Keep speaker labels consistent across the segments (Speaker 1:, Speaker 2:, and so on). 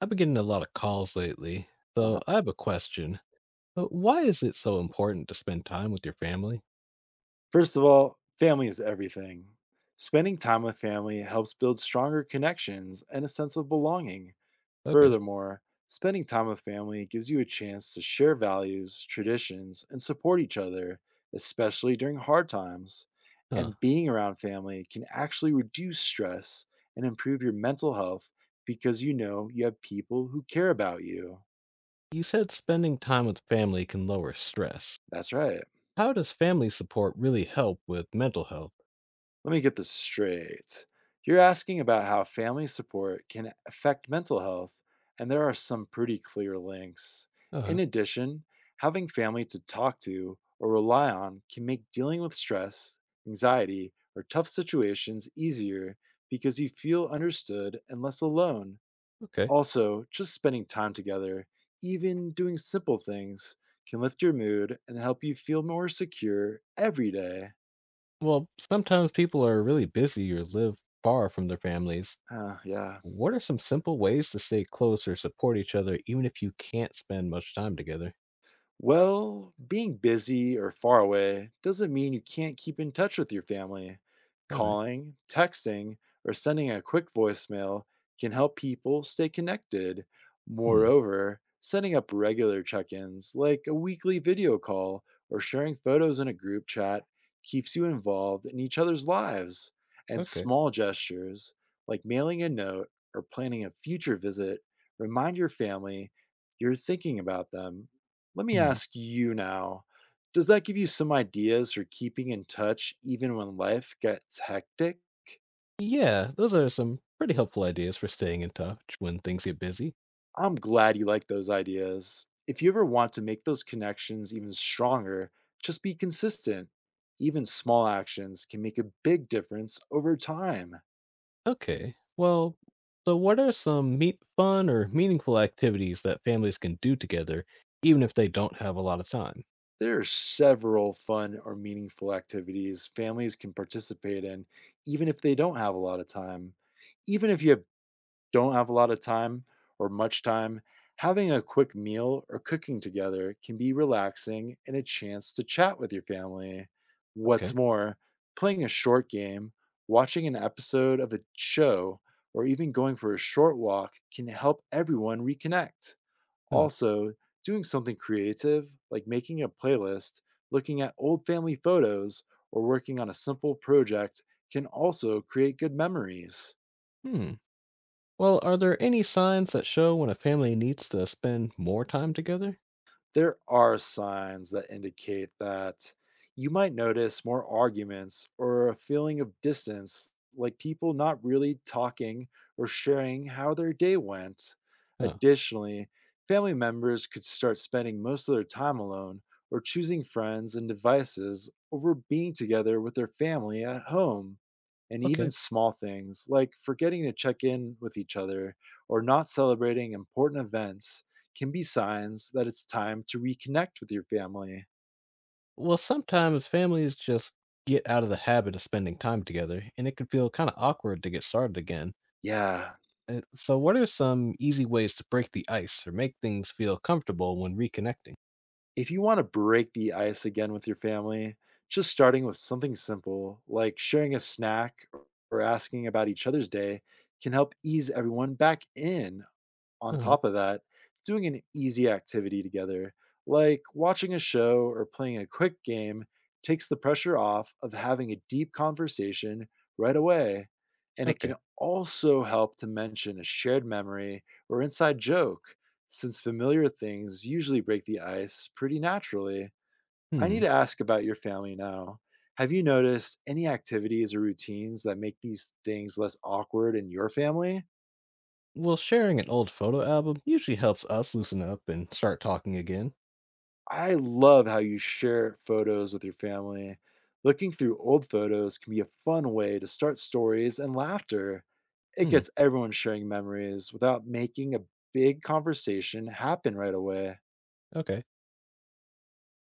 Speaker 1: I've been getting a lot of calls lately, so
Speaker 2: Uh-huh.
Speaker 1: I have a question. Why is it so important to spend time with your family?
Speaker 2: First of all, family is everything. Spending time with family helps build stronger connections and a sense of belonging.
Speaker 1: Okay.
Speaker 2: Furthermore, spending time with family gives you a chance to share values, traditions, and support each other, especially during hard times.
Speaker 1: Huh.
Speaker 2: And being around family can actually reduce stress and improve your mental health because you know you have people who care about you.
Speaker 1: You said spending time with family can lower stress.
Speaker 2: That's right.
Speaker 1: How does family support really help with mental health?
Speaker 2: Let me get this straight. You're asking about how family support can affect mental health, and there are some pretty clear links.
Speaker 1: Uh
Speaker 2: In
Speaker 1: huh.
Speaker 2: addition, having family to talk to or rely on can make dealing with stress, anxiety, or tough situations easier because you feel understood and less alone.
Speaker 1: Okay.
Speaker 2: Also, just spending time together, even doing simple things, can lift your mood and help you feel more secure every day.
Speaker 1: Well, sometimes people are really busy or live far from their families.
Speaker 2: Ah, yeah.
Speaker 1: What are some simple ways to stay close or support each other even if you can't spend much time together?
Speaker 2: Well, being busy or far away doesn't mean you can't keep in touch with your family.
Speaker 1: All right.
Speaker 2: Calling, texting, or sending a quick voicemail can help people stay connected.
Speaker 1: Hmm.
Speaker 2: Moreover, setting up regular check ins like a weekly video call or sharing photos in a group chat keeps you involved in each other's lives. And
Speaker 1: Okay.
Speaker 2: small gestures like mailing a note or planning a future visit remind your family you're thinking about them. Let me
Speaker 1: Hmm.
Speaker 2: ask you now, does that give you some ideas for keeping in touch even when life gets hectic?
Speaker 1: Yeah, those are some pretty helpful ideas for staying in touch when things get busy.
Speaker 2: I'm glad you like those ideas. If you ever want to make those connections even stronger, just be consistent. Even small actions can make a big difference over time.
Speaker 1: Okay, well, so what are some meet fun or meaningful activities that families can do together, even if they don't have a lot of time?
Speaker 2: There are several fun or meaningful activities families can participate in, even if they don't have a lot of time. Even if you have don't have a lot of time or much time, having a quick meal or cooking together can be relaxing and a chance to chat with your family. What's
Speaker 1: Okay.
Speaker 2: more, playing a short game, watching an episode of a show, or even going for a short walk can help everyone reconnect.
Speaker 1: Huh.
Speaker 2: Also, doing something creative like making a playlist, looking at old family photos, or working on a simple project can also create good memories.
Speaker 1: Hmm. Well, are there any signs that show when a family needs to spend more time together?
Speaker 2: There are signs that indicate that. You might notice more arguments or a feeling of distance, like people not really talking or sharing how their day went.
Speaker 1: Huh.
Speaker 2: Additionally, family members could start spending most of their time alone or choosing friends and devices over being together with their family at home. And
Speaker 1: Okay.
Speaker 2: even small things like forgetting to check in with each other or not celebrating important events can be signs that it's time to reconnect with your family.
Speaker 1: Well, sometimes families just get out of the habit of spending time together, and it can feel kind of awkward to get started again.
Speaker 2: Yeah,
Speaker 1: So, what are some easy ways to break the ice or make things feel comfortable when reconnecting?
Speaker 2: if you want to break the ice again with your family, just starting with something simple like sharing a snack or asking about each other's day can help ease everyone back in. On
Speaker 1: Uh-huh.
Speaker 2: top of that, doing an easy activity together, like watching a show or playing a quick game, takes the pressure off of having a deep conversation right away. And it
Speaker 1: Okay.
Speaker 2: can also help to mention a shared memory or inside joke, since familiar things usually break the ice pretty naturally. I need
Speaker 1: Hmm.
Speaker 2: to ask about your family now. Have you noticed any activities or routines that make these things less awkward in your family?
Speaker 1: Well, sharing an old photo album usually helps us loosen up and start talking again.
Speaker 2: I love how you share photos with your family. Looking through old photos can be a fun way to start stories and laughter. It
Speaker 1: Hmm.
Speaker 2: gets everyone sharing memories without making a big conversation happen right away.
Speaker 1: Okay.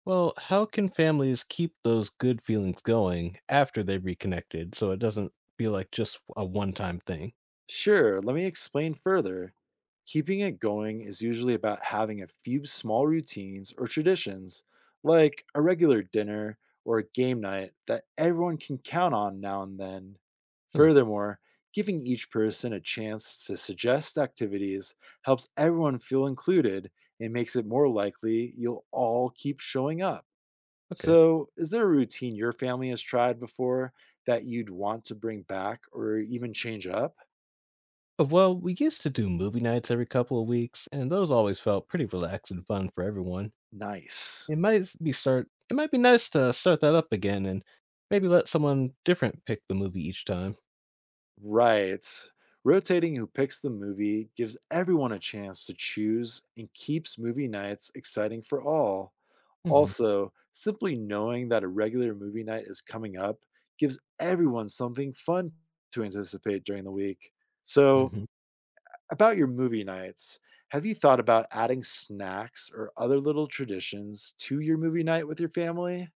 Speaker 1: Well, how can families keep those good feelings going after they've reconnected so it doesn't feel like just a one time thing?
Speaker 2: Sure, let me explain further. Keeping it going is usually about having a few small routines or traditions, like a regular dinner or a game night that everyone can count on now and then.
Speaker 1: Huh.
Speaker 2: Furthermore, giving each person a chance to suggest activities helps everyone feel included and makes it more likely you'll all keep showing up.
Speaker 1: Okay.
Speaker 2: So, is there a routine your family has tried before that you'd want to bring back or even change up?
Speaker 1: Well, we used to do movie nights every couple of weeks, and those always felt pretty relaxed and fun for everyone.
Speaker 2: Nice.
Speaker 1: It might be nice to start that up again and maybe let someone different pick the movie each time.
Speaker 2: Right. Rotating who picks the movie gives everyone a chance to choose and keeps movie nights exciting for all.
Speaker 1: Mhm.
Speaker 2: Also, simply knowing that a regular movie night is coming up gives everyone something fun to anticipate during the week. So,
Speaker 1: Mhm.
Speaker 2: about your movie nights, have you thought about adding snacks or other little traditions to your movie night with your family?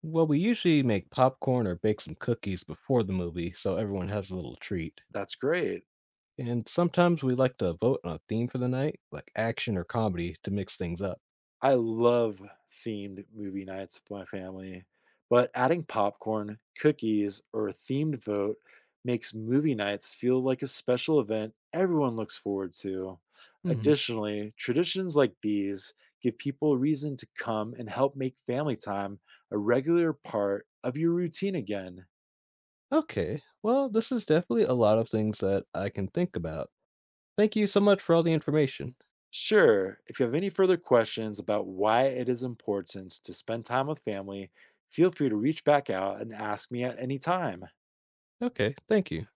Speaker 1: Well, we usually make popcorn or bake some cookies before the movie so everyone has a little treat.
Speaker 2: That's great.
Speaker 1: And sometimes we like to vote on a theme for the night, like action or comedy, to mix things up.
Speaker 2: I love themed movie nights with my family, but adding popcorn, cookies, or a themed vote makes movie nights feel like a special event everyone looks forward to.
Speaker 1: Hmm.
Speaker 2: Additionally, traditions like these give people a reason to come and help make family time a regular part of your routine again.
Speaker 1: Okay, well, this is definitely a lot of things that I can think about. Thank you so much for all the information.
Speaker 2: Sure, if you have any further questions about why it is important to spend time with family, feel free to reach back out and ask me at any time.
Speaker 1: Okay, thank you.